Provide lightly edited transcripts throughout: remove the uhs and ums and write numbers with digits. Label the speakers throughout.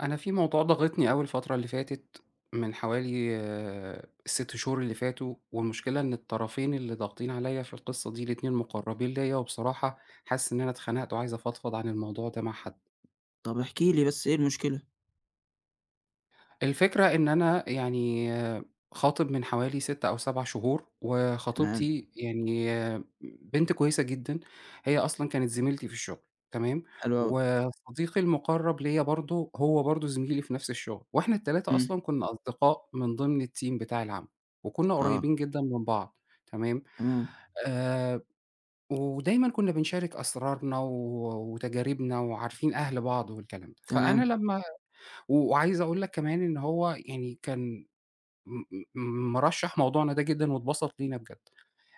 Speaker 1: أنا في موضوع ضاغطني أوي الفترة اللي فاتت، من حوالي ال6 شهور اللي فاتوا، والمشكلة إن الطرفين اللي ضاغطين عليَّ في القصة دي الاتنين مقربين ليَّ، وبصراحة حاسس إن أنا اتخنقت وعايز أفضفض عن الموضوع ده مع حد.
Speaker 2: طب احكِ لي بس إيه المشكلة؟
Speaker 1: الفكرة إن أنا يعني خاطب من حوالي 6 أو 7 شهور،
Speaker 2: تمام.
Speaker 1: وخطيبتي يعني بنت كويسة جدًا، هي أصلًا كانت زميلتي في الشغل. تمام،
Speaker 2: حلو أوي.
Speaker 1: وصديقي المقرب ليّا برضه هو برضه زميلي في نفس الشغل، وإحنا ال3
Speaker 2: إمم.
Speaker 1: أصلًا كنا أصدقاء من ضمن الteam بتاع العمل، وكنا
Speaker 2: آه.
Speaker 1: قريبين جدًا من بعض. تمام،
Speaker 2: تمام،
Speaker 1: آآ، ودايمًا كنا بنشارك أسرارنا وتجاربنا وعارفين أهل بعض والكلام ده، فأنا
Speaker 2: تمام.
Speaker 1: لمّا وعايز أقول لك كمان إن هو يعني كان م م مرشّح موضوعنا ده جدًا واتبسط لينا بجد.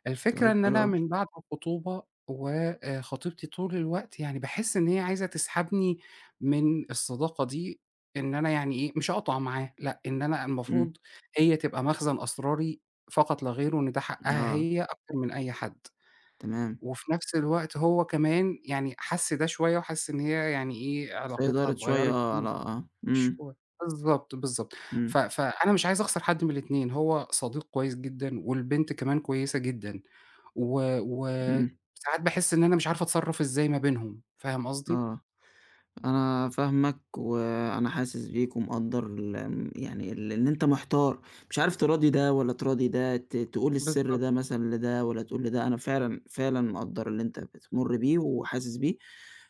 Speaker 1: الفكرة
Speaker 2: طيب
Speaker 1: إن
Speaker 2: حلو
Speaker 1: أنا
Speaker 2: أوي.
Speaker 1: من بعد الخطوبة وآآ خطيبتي طول الوقت يعني باحس إن هي عايزة تسحبني من الصداقة دي، إن أنا يعني إيه، مش أقطع معاه، لأ، إن أنا
Speaker 2: إمم.
Speaker 1: المفروض هي تبقى مخزن أسراري فقط لا غير وإن ده حقّها
Speaker 2: آه.
Speaker 1: هي أكتر من أي حد.
Speaker 2: تمام.
Speaker 1: وفي نفس الوقت هو كمان يعني حَس ده شوية وحَس إن هي يعني إيه، علاقتها
Speaker 2: سيطرِت شوية
Speaker 1: اتغيّرت.
Speaker 2: على إمم.
Speaker 1: شهور، بالضبط، بالضبط.
Speaker 2: إمم،
Speaker 1: فأنا مش عايز أخسر حد من الاتنين، هو صديق كويس جدًا والبنت كمان كويسة جدًا،
Speaker 2: إمم.
Speaker 1: وساعات باحس إن أنا مش عارف أتصرّف إزاي ما بينهم، فاهم قصدي؟
Speaker 2: آه. أنا فاهمك، وأنا حاسس بيك ومقدّر ال آمم، يعني ال إن أنت محتار، مش عارف تراضي ده والّا تراضي ده، تقول السر
Speaker 1: بالضبط.
Speaker 2: ده مثلًا لده والّا تقول لده. أنا فعلًا، فعلًا مقدّر اللي أنت بتمُر بيه وحاسس بيه.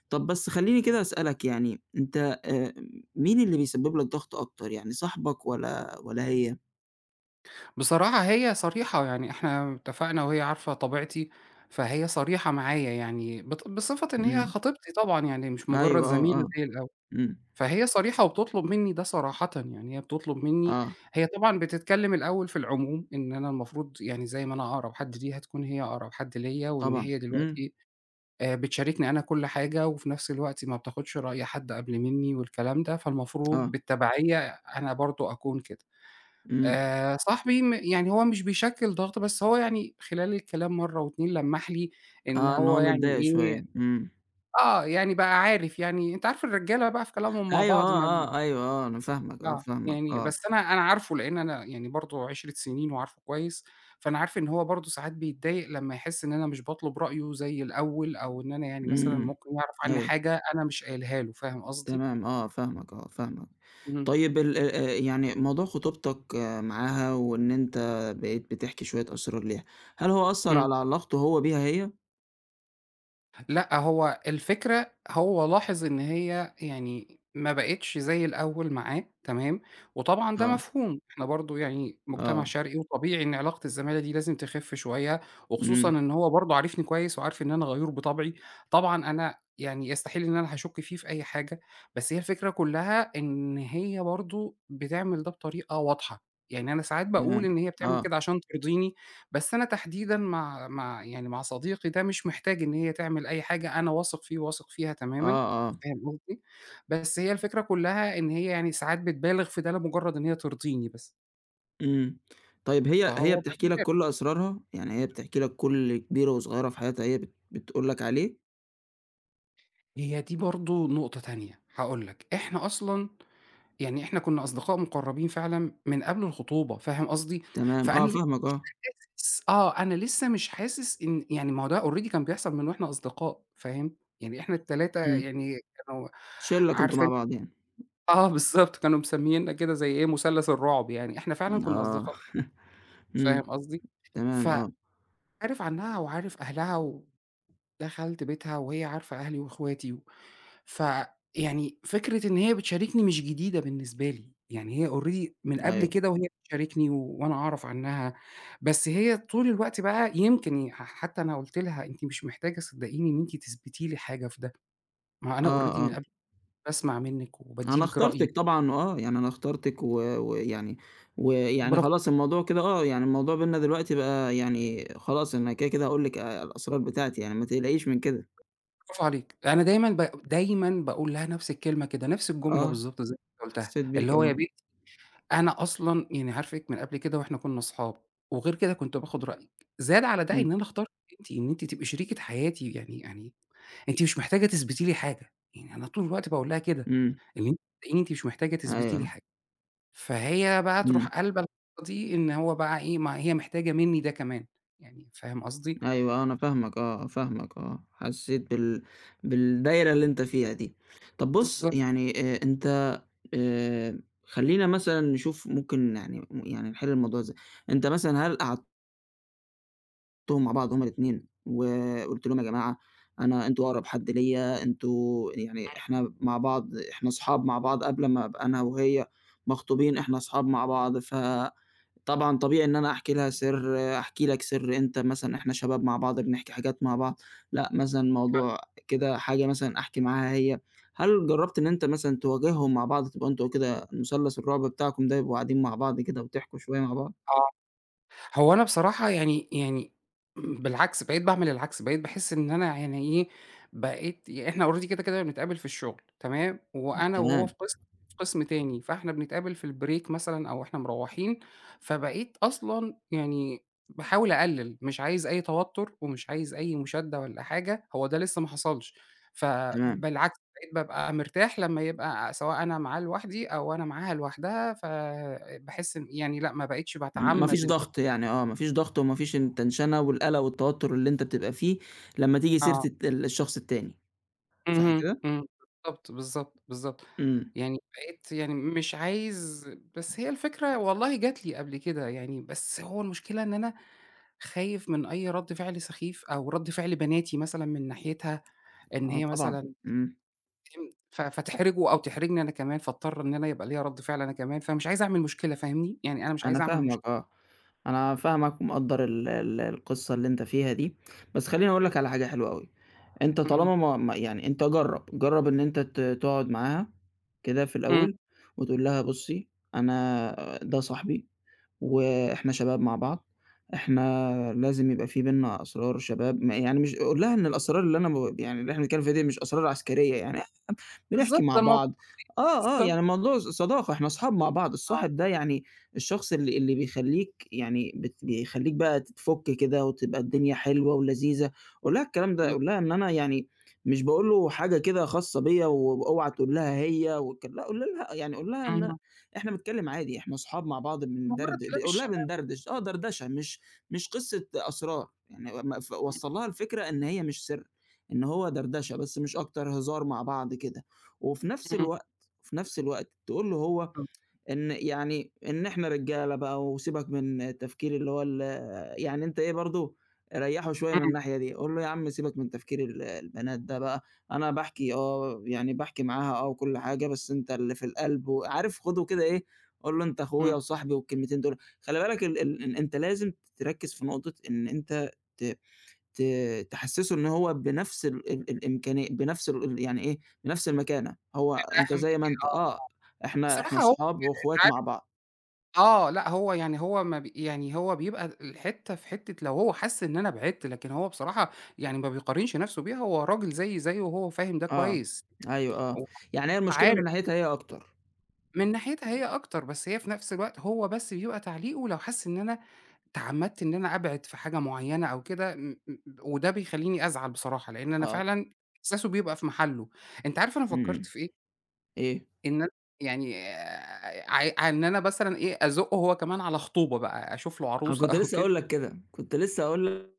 Speaker 2: طَب بس خلّيني كده أسألك يعني، أنت آآ، مين اللي بيسبب لك ضغط أكتر؟ يعني صاحبك والّا هي؟
Speaker 1: بصراحة هي صريحة، يعني إحنا اتفقنا وهي عارفة طبيعتي، فهي صريحة معايا يعني بصفة إن هي
Speaker 2: إمم.
Speaker 1: خطيبتي طبعًا، يعني مش مجرّد
Speaker 2: أيوه، آه،
Speaker 1: زميلة
Speaker 2: آه،
Speaker 1: زي الأول.
Speaker 2: إمم.
Speaker 1: فهي صريحة وبتطلب منّي ده صراحةً، يعني هي بتطلب منّي،
Speaker 2: آه،
Speaker 1: هي طبعًا بتتكلّم الأول في العموم، إن أنا المفروض يعني زي ما أنا أقرب حد ليها تكون هي أقرب حد ليّا، وإن
Speaker 2: طبعًا،
Speaker 1: هي
Speaker 2: إمم.
Speaker 1: دلوقتي بتشاركني أنا كل حاجة، وفي نفس الوقت ما بتاخدش رأي حد قبل منّي والكلام ده، فالمفروض
Speaker 2: آه،
Speaker 1: بالتبعية أنا برضه أكون كده.
Speaker 2: إمم.
Speaker 1: صاحبي يعني هو مش بيشكِّل ضغط، بس هو يعني خلال الكلام مرّة و2 لمّح لي إن
Speaker 2: آه، إن
Speaker 1: هو
Speaker 2: هو
Speaker 1: يعني
Speaker 2: متضايق
Speaker 1: إيه،
Speaker 2: شوية. إمم.
Speaker 1: آه، يعني بقى عارف يعني أنت عارف الرجالة بقى في كلامهم مع
Speaker 2: أيوه
Speaker 1: بعض
Speaker 2: آه،
Speaker 1: ما.
Speaker 2: آه، أيوه آه، أنا فاهمك آه،
Speaker 1: آه،
Speaker 2: فاهمك
Speaker 1: يعني
Speaker 2: آه،
Speaker 1: بس أنا عارفه لإن أنا يعني برضه 10 سنين وعارفه كويس، فأنا عارف إن هو برضه ساعات بيتضايق لمّا يحس إن أنا مش باطلب رأيه زي الأول، أو إن أنا يعني مثلًا
Speaker 2: إمم.
Speaker 1: ممكن يعرف عنّي
Speaker 2: أيوه
Speaker 1: حاجة أنا مش قايلها له، فاهم قصدي؟
Speaker 2: تمام آه، فاهمك آه، فاهمك.
Speaker 1: اهم،
Speaker 2: طيب ال يعني موضوع خطوبتك معاها وإن أنت بقيت بتحكي شوية أسرار ليها، هل هو أثّر
Speaker 1: إمم.
Speaker 2: على علاقته هو بيها هي؟
Speaker 1: لأ، هو الفكرة هو لاحظ إن هي يعني ما بقِتش زي الأول معاه. تمام، وطبعًا ده
Speaker 2: آه،
Speaker 1: مفهوم، إحنا برضه يعني مجتمع
Speaker 2: آه،
Speaker 1: شرقي وطبيعي إن علاقة الزمالة دي لازم تخِف شوية، وخصوصًا
Speaker 2: إمم،
Speaker 1: إن هو برضه عارفني كويس وعارف إن أنا غيور بطبعي، طبعًا أنا يعني يستحيل إن أنا هاشُك فيه في أي حاجة، بس هي الفكرة كلّها إن هي برضه بتعمل ده بطريقة واضحة، يعني أنا ساعات باقول
Speaker 2: تمام.
Speaker 1: إن هي بتعمل
Speaker 2: آه،
Speaker 1: كده عشان ترضيني. بس أنا تحديدًا مع يعني مع صديقي ده مش محتاج إن هي تعمل أي حاجة، أنا واثق فيه وواثق فيها تمامًا،
Speaker 2: آه، آه،
Speaker 1: فاهم قصدي؟ بس هي الفكرة كلها إن هي يعني ساعات بتبالغ في ده لمجرد إن هي ترضيني بس،
Speaker 2: إمم. طيب هي
Speaker 1: فهو بياخد
Speaker 2: بتحكي لك
Speaker 1: باله.
Speaker 2: كل أسرارها؟ يعني هي بتحكي لك كل كبيرة وصغيرة في حياتها هي بتقول لك عليه؟
Speaker 1: هي دي برضه نقطة تانية، هاقول لك، إحنا أصلًا يعني إحنا كنا أصدقاء مقربين فعلًا من قبل الخطوبة، فاهم قصدي؟
Speaker 2: تمام، آه،
Speaker 1: فأنا لسه
Speaker 2: فاهمك آه،
Speaker 1: مش حاسس. آه، أنا لسه مش حاسس إن يعني ما هو ده already كان بيحصل من وإحنا أصدقاء، فاهم؟ يعني إحنا ال3
Speaker 2: إمم.
Speaker 1: يعني كانوا
Speaker 2: شِلّة كنتم
Speaker 1: عارفة.
Speaker 2: مع بعض يعني.
Speaker 1: آه بالضبط، كانوا مسمييننا كده زي إيه، مثلث الرعب يعني، إحنا فعلًا كنا
Speaker 2: آه.
Speaker 1: أصدقاء، فاهم
Speaker 2: إمم.
Speaker 1: قصدي؟
Speaker 2: تمام آه.
Speaker 1: فعارف عنها وعارف أهلها، ودخلت بيتها وهي عارفة أهلي وأخواتي، فيعني فكرة إن هي بتشاركني مش جديدة بالنسبة لي، يعني هي already من قبل
Speaker 2: أيوه.
Speaker 1: كده وهي بتشاركني وأنا أعرف عنها، بس هي طول الوقت بقى يمكن حتى أنا قُلت لها أنتِ مش محتاجة صدقيني إن أنتِ تثبتي لي حاجة في ده، ما أنا
Speaker 2: آه،
Speaker 1: already من
Speaker 2: آه.
Speaker 1: قبل باسمع منِّك وبادّي
Speaker 2: أنا
Speaker 1: لِك رأيي،
Speaker 2: اخترتِك طبعًا آه. يعني أنا اخترتِك و ويعني ويعني
Speaker 1: برغ
Speaker 2: خلاص الموضوع كده آه. يعني الموضوع بيننا دلوقتي بقى يعني خلاص أنا كده، كده هاقول لِك الأسرار بتاعتي، يعني ما تقلقيش من كده.
Speaker 1: برافو عليك. أنا دايمًا باقول لها نفس الكلمة كده، نفس الجملة
Speaker 2: آه.
Speaker 1: بالضبط زي ما أنت قُلتها،
Speaker 2: حسّيت بيك
Speaker 1: اللي هو يا
Speaker 2: آه.
Speaker 1: بنتي أنا أصلًا يعني عارفِك من قبل كده وإحنا كنا أصحاب، وغير كده كنت باخد رأيِك، زاد على ده إن
Speaker 2: إمم.
Speaker 1: أنا اخترتِك أنتِ، إن أنتِ تبقي شريكة حياتي يعني، يعني أنتِ مش محتاجة تثبتي لي حاجة، يعني أنا طول الوقت باقول لها كده،
Speaker 2: إمم.
Speaker 1: إن أنتِ صدقيني أنتِ مش محتاجة تثبتي لي
Speaker 2: أيوه.
Speaker 1: حاجة، فهي بقى تروح
Speaker 2: إمم.
Speaker 1: قالبة الحتّة دي إن هو بقى إيه، ما هي محتاجة منّي ده كمان، يعني فاهم قصدي؟
Speaker 2: أيوه آه. أنا فاهمك آه. فاهمك آه. حسّيت بالدايرة اللي أنت فيها دي. طب بُص،
Speaker 1: بالضبط،
Speaker 2: يعني أنت خلّينا مثلًا نشوف ممكن يعني م يعني نحل الموضوع إزاي؟ أنت مثلًا هل قعدتهم مع بعض هُم الاتنين وقُلت لهم يا جماعة أنتم أقرب حد ليّا، أنتم يعني إحنا أصحاب مع بعض قبل ما أبقى أنا وهي مخطوبين، إحنا أصحاب مع بعض طبعًا طبيعي إن أنا أحكي لها سِر، أحكي لك سِر أنت مثلًا، إحنا شباب مع بعض بنحكي حاجات مع بعض. لأ مثلًا موضوع كده حاجة مثلًا أحكي معاها هي، هل جرّبت إن أنت مثلًا تواجههم مع بعض تبقوا أنتم كده مثلث الرعب بتاعكم ده يبقوا قاعدين مع بعض كده وتحكوا شوية مع بعض؟
Speaker 1: آه. هو أنا بصراحة يعني، يعني بالعكس، بقيت باعمل العكس، بقيت باحس إن أنا يعني إيه، بقيت يعني إحنا already كده، كده بنتقابل في الشغل. تمام، وأنا وهو
Speaker 2: تمام،
Speaker 1: في قسم في قسم تاني، فإحنا بنتقابل في الbreak مثلًا أو إحنا مروّحين، فبقيت أصلًا يعني باحاول أقلِّل، مش عايز أي توتُّر ومش عايز أي مشادة ولا حاجة، هو ده لسه ما حصلش،
Speaker 2: تمام.
Speaker 1: فبالعكس بقيت بابقى مرتاح لمّا يبقى سواء أنا معاه لوحدي أو أنا معاها لوحدها، فباحس إن يعني لأ، ما بقيتش
Speaker 2: ما فيش
Speaker 1: باتعمَّد إن.
Speaker 2: ضغط يعني آه، ما فيش ضغط وما فيش التنشنة والقلق والتوتر اللي أنت بتبقى فيه لمّا تيجي سيرة
Speaker 1: آه.
Speaker 2: الشخص التاني، صح
Speaker 1: اهم،
Speaker 2: كده؟
Speaker 1: إمم، بالضبط، بالضبط، بالضبط.
Speaker 2: إمم،
Speaker 1: يعني بقيت يعني مش عايز، بس هي الفكرة والله جات لي قبل كده يعني، بس هو المشكلة إن أنا خايف من أي رَد فعل سخيف أو رَد فعل بناتي مثلًا من ناحيتها، إن
Speaker 2: آه
Speaker 1: هي
Speaker 2: طبعًا،
Speaker 1: مثلًا
Speaker 2: إمم.
Speaker 1: فهم ف فتحرجه أو تحرجني أنا كمان، فاضطر إن أنا يبقى ليّا رَد فعل أنا كمان، فمش عايز أعمل مشكلة فاهمني؟ يعني أنا مش
Speaker 2: أنا
Speaker 1: عايز أعمل
Speaker 2: فاهمك
Speaker 1: مشكلة.
Speaker 2: آه، أنا فاهمك ومقدّر ال القصة اللي أنت فيها دي. بس خلّيني أقول لك على حاجة حلوة أوي. أنت
Speaker 1: اهم،
Speaker 2: طالما ما يعني، أنت جرّب، جرّب إن أنت تقعد معاها كده في
Speaker 1: إمم،
Speaker 2: الأول وتقول لها بُصّي، أنا ده صاحبي وإحنا شباب مع بعض، إحنا لازم يبقى في بيننا أسرار شباب. ما يعني مش، قُل لها إن الأسرار اللي أنا ب يعني اللي إحنا بنتكلّم فيها دي مش أسرار عسكرية يعني. بنحكي
Speaker 1: بالضبط،
Speaker 2: مع
Speaker 1: ده الموضوع
Speaker 2: بعض آه، آه،
Speaker 1: بالضبط
Speaker 2: يعني الموضوع صداقة، إحنا أصحاب مع بعض.
Speaker 1: آه،
Speaker 2: الصاحب ده يعني الشخص اللي بيخلّيك يعني بيخلّيك بقى تفُك كده وتبقى الدنيا حلوة ولذيذة. قُل لها الكلام ده،
Speaker 1: ب
Speaker 2: قُل لها إن أنا يعني مش باقول له حاجة كده خاصة بيّا، واوعى تقول لها هي والك لأ. قُل لها إن
Speaker 1: اهم،
Speaker 2: إحنا بنتكلّم عادي، إحنا أصحاب مع بعض
Speaker 1: مجرد كلام
Speaker 2: قُل لها
Speaker 1: الشباب.
Speaker 2: بندردش، آه دردشة، مش قصة أسرار. يعني ما ف
Speaker 1: إمم،
Speaker 2: وصّل لها الفكرة إن هي مش سِر، إن هو دردشة بس مش أكتر، هزار مع بعض كده. وفي نفس
Speaker 1: إمم،
Speaker 2: الوقت في نفس الوقت تقول له هو
Speaker 1: إمم،
Speaker 2: إن إحنا رجالة بقى وسيبك من التفكير اللي هو ال يعني أنت إيه برضه ريّحه شوية من
Speaker 1: إمم،
Speaker 2: الناحية دي. قُل له يا عم سيبك من تفكير البنات ده بقى، أنا باحكي آه، يعني باحكي معاها آه وكل حاجة، بس أنت اللي في القلب وعارف خُده كده إيه. قُل له أنت
Speaker 1: إمم،
Speaker 2: أخويا وصاحبي والكلمتين دول. خلي بالك ال ال إن أنت لازم تركّز في نقطة إن أنت ت ت تحسّسه إن هو بنفْس ال ال الإمكانية، بنفْس ال ال يعني إيه، بنفْس المكانة، هو أنت
Speaker 1: أهَم من
Speaker 2: زي ما
Speaker 1: كده
Speaker 2: أنت
Speaker 1: آه،
Speaker 2: آه، إحنا
Speaker 1: بصراحة هو
Speaker 2: صحاب وأخوات مع
Speaker 1: عارف.
Speaker 2: بعض.
Speaker 1: آه، لأ هو يعني هو ما بي يعني هو بيبقى الحتّة في حتّة لو هو حَس إن أنا بعِدت، لكن هو بصراحة يعني ما بيقارنش نَفْسه بيها، هو راجل زيي زيه وهو فاهم ده
Speaker 2: آه،
Speaker 1: كويس،
Speaker 2: أيوه آه،
Speaker 1: وهو
Speaker 2: يعني هي المشكلة
Speaker 1: عارف.
Speaker 2: من ناحيتها هي أكتر.
Speaker 1: من ناحيتها هي أكتر، بس هي في نَفْس الوقت هو بس بيبقى تعليقه لو حَس إن أنا تعمّدت إن أنا أبعِد في حاجة معيّنة أو كده م م وده بيخلّيني أزعل بصراحة، لإن أنا
Speaker 2: آه،
Speaker 1: فعلًا إحساسه بيبقى في محله. أنت عارف أنا
Speaker 2: إمم، إمم.
Speaker 1: فكّرت في إيه؟
Speaker 2: إيه؟
Speaker 1: إن أنا يعني ع ع إن أنا مثلًا إيه، أزُقّه هو كمان على خطوبة بقى، أشوف له
Speaker 2: أنا
Speaker 1: عروسة
Speaker 2: كنت
Speaker 1: أو
Speaker 2: لسه
Speaker 1: كده.
Speaker 2: هاقول لك كده، كنت لسه هاقول لك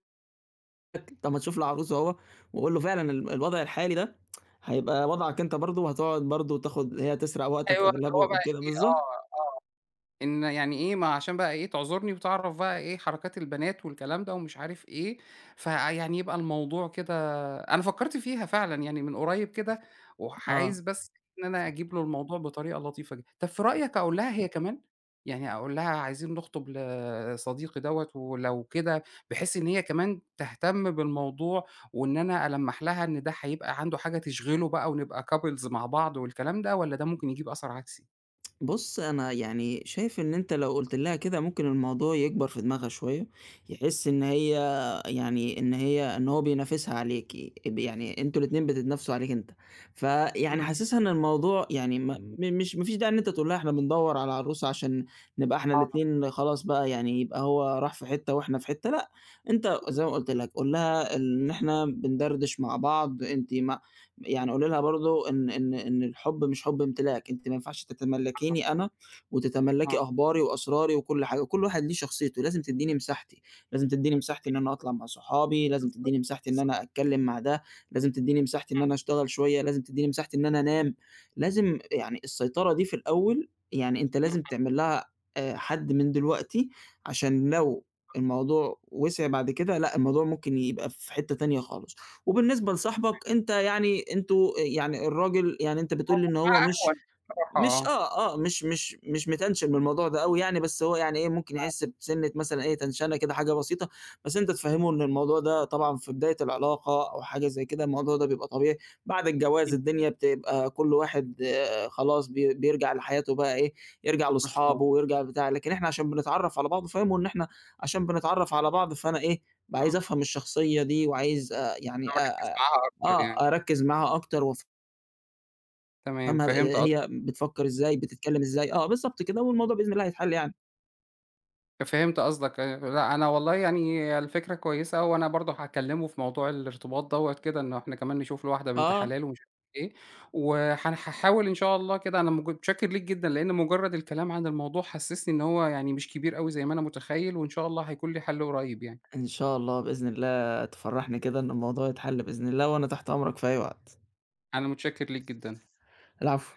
Speaker 2: طَب ما تشوف العروسة أهو، وقُل له فعلًا الوضع الحالي ده هيبقى وضعك أنت برضه، وهتقعد برضه وتاخد، هي تسرق
Speaker 1: أيوه،
Speaker 2: وقتك
Speaker 1: اللي
Speaker 2: أغلبه
Speaker 1: هو بقى
Speaker 2: وكده،
Speaker 1: إيه
Speaker 2: بالضبط،
Speaker 1: آه، آه. إن يعني إيه، ما عشان بقى إيه، تعذرني وتعرف بقى إيه حركات البنات والكلام ده ومش عارف إيه، فيعني يبقى الموضوع كده. أنا فكّرت فيها فعلًا يعني من قريب كده،
Speaker 2: آه.
Speaker 1: وعايز بس إن أنا أجيب له الموضوع بطريقة لطيفة جدًا. طب في رأيك أقول لها هي كمان؟ يعني أقول لها عايزين نخطب لصديقي دوّة ولو كده بحيث إن هي كمان تهتم بالموضوع، وإن أنا ألمّح لها إن ده هيبقى عنده حاجة تشغله بقى ونبقى couples مع بعض والكلام ده والّا ده ممكن يجيب أثر عكسي؟
Speaker 2: بُص، أنا يعني شايف إن أنت لو قُلت لها كده ممكن الموضوع يكبر في دماغها شوية، يحس إن هي إن هو بينافسها عليكِ، يعني أنتم الاتنين بتتنافسوا عليك أنت. فيعني
Speaker 1: إمم،
Speaker 2: حسسها إن الموضوع يعني، ما م مش ما فيش داعي إن أنت تقول لها إحنا بندوّر على عروسة عشان نبقى إحنا
Speaker 1: آه.
Speaker 2: الاتنين خلاص بقى يعني، يبقى هو راح في حتة وإحنا في حتة، لأ. أنت زي ما قُلت لك قُل لها إن إحنا بندردش مع بعض. أنتِ ما يعني قولي لها برضه إن الحُب مش حُب إمتلاك، أنتِ ما ينفعش تتملّكيني أنا وتتملّكي
Speaker 1: آه.
Speaker 2: أخباري وأسراري وكل حاجة، كل واحد ليه شخصيته، لازم تدّيني مساحتي، لازم تدّيني مساحتي إن أنا أطلع مع صحابي، لازم
Speaker 1: بالضبط،
Speaker 2: تدّيني مساحتي إن
Speaker 1: بالضبط،
Speaker 2: أنا أتكلّم مع ده، لازم تدّيني مساحتي إن
Speaker 1: إمم،
Speaker 2: أنا أشتغل شوية، لازم تدّيني مساحتي إن أنا أنام، لازم يعني السيطرة دي في الأول، يعني أنت
Speaker 1: إمم،
Speaker 2: لازم تعمل لها حد من دلوقتي، عشان لو الموضوع وسع بعد كده لأ، الموضوع ممكن يبقى في حتّة تانية خالص. وبالنسبة لصاحبك أنت، يعني أنتم يعني الراجل، يعني أنت بتقول لي إن هو
Speaker 1: معاها
Speaker 2: مش
Speaker 1: أهون بصراحة
Speaker 2: مش
Speaker 1: آه،
Speaker 2: آه، آه، مش مش مش متنشن من الموضوع ده أوي يعني، بس هو يعني إيه، ممكن يحس بسِنّة مثلًا إيه، تنشنة كده حاجة بسيطة. بس أنت تفهّمه إن الموضوع ده طبعًا في بداية العلاقة أو حاجة زي كده، الموضوع ده بيبقى طبيعي، بعد الجواز
Speaker 1: إمم،
Speaker 2: الدنيا بتبقى كل واحد آه خلاص بيرجع لحياته بقى إيه، يرجع
Speaker 1: مفهوم،
Speaker 2: لأصحابه ويرجع بتاع، لكن إحنا عشان بنتعرّف على بعض فاهمه إن عشان بنتعرّف على بعض، فأنا إيه،
Speaker 1: إمم،
Speaker 2: عايز أفهم الشخصية دي، وعايز يعني
Speaker 1: أبقى
Speaker 2: أ
Speaker 1: أركّز
Speaker 2: أ
Speaker 1: معاها أكتر
Speaker 2: آه،
Speaker 1: يعني،
Speaker 2: أركّز معاها أكتر
Speaker 1: تمام
Speaker 2: أما
Speaker 1: فهمت
Speaker 2: هي
Speaker 1: قصدك.
Speaker 2: بتفكّر إزاي، بتتكلّم إزاي، آه بالضبط كده، والموضوع بإذن الله هيتحل يعني.
Speaker 1: فهمت قصدك لأ أنا والله يعني الفكرة كويسة وأنا برضه هاكلّمه في موضوع الارتباط دوّة كده، إنه إحنا كمان نشوف له واحدة بنت
Speaker 2: آه.
Speaker 1: حلال ومش عارف إيه، هاحاول إن شاء الله كده أنا متشكّر ليك جدًا، لإن مجرّد الكلام عن الموضوع حسّسني إن هو يعني مش كبير أوي زي ما أنا متخيّل، وإن شاء الله هيكون ليه حل قريّب يعني،
Speaker 2: إن شاء الله بإذن الله تفرّحني كده إن الموضوع يتحل بإذن الله، وأنا تحت أمرك في أي وقت.
Speaker 1: أنا متشكّر ليك جدًا.
Speaker 2: العفو.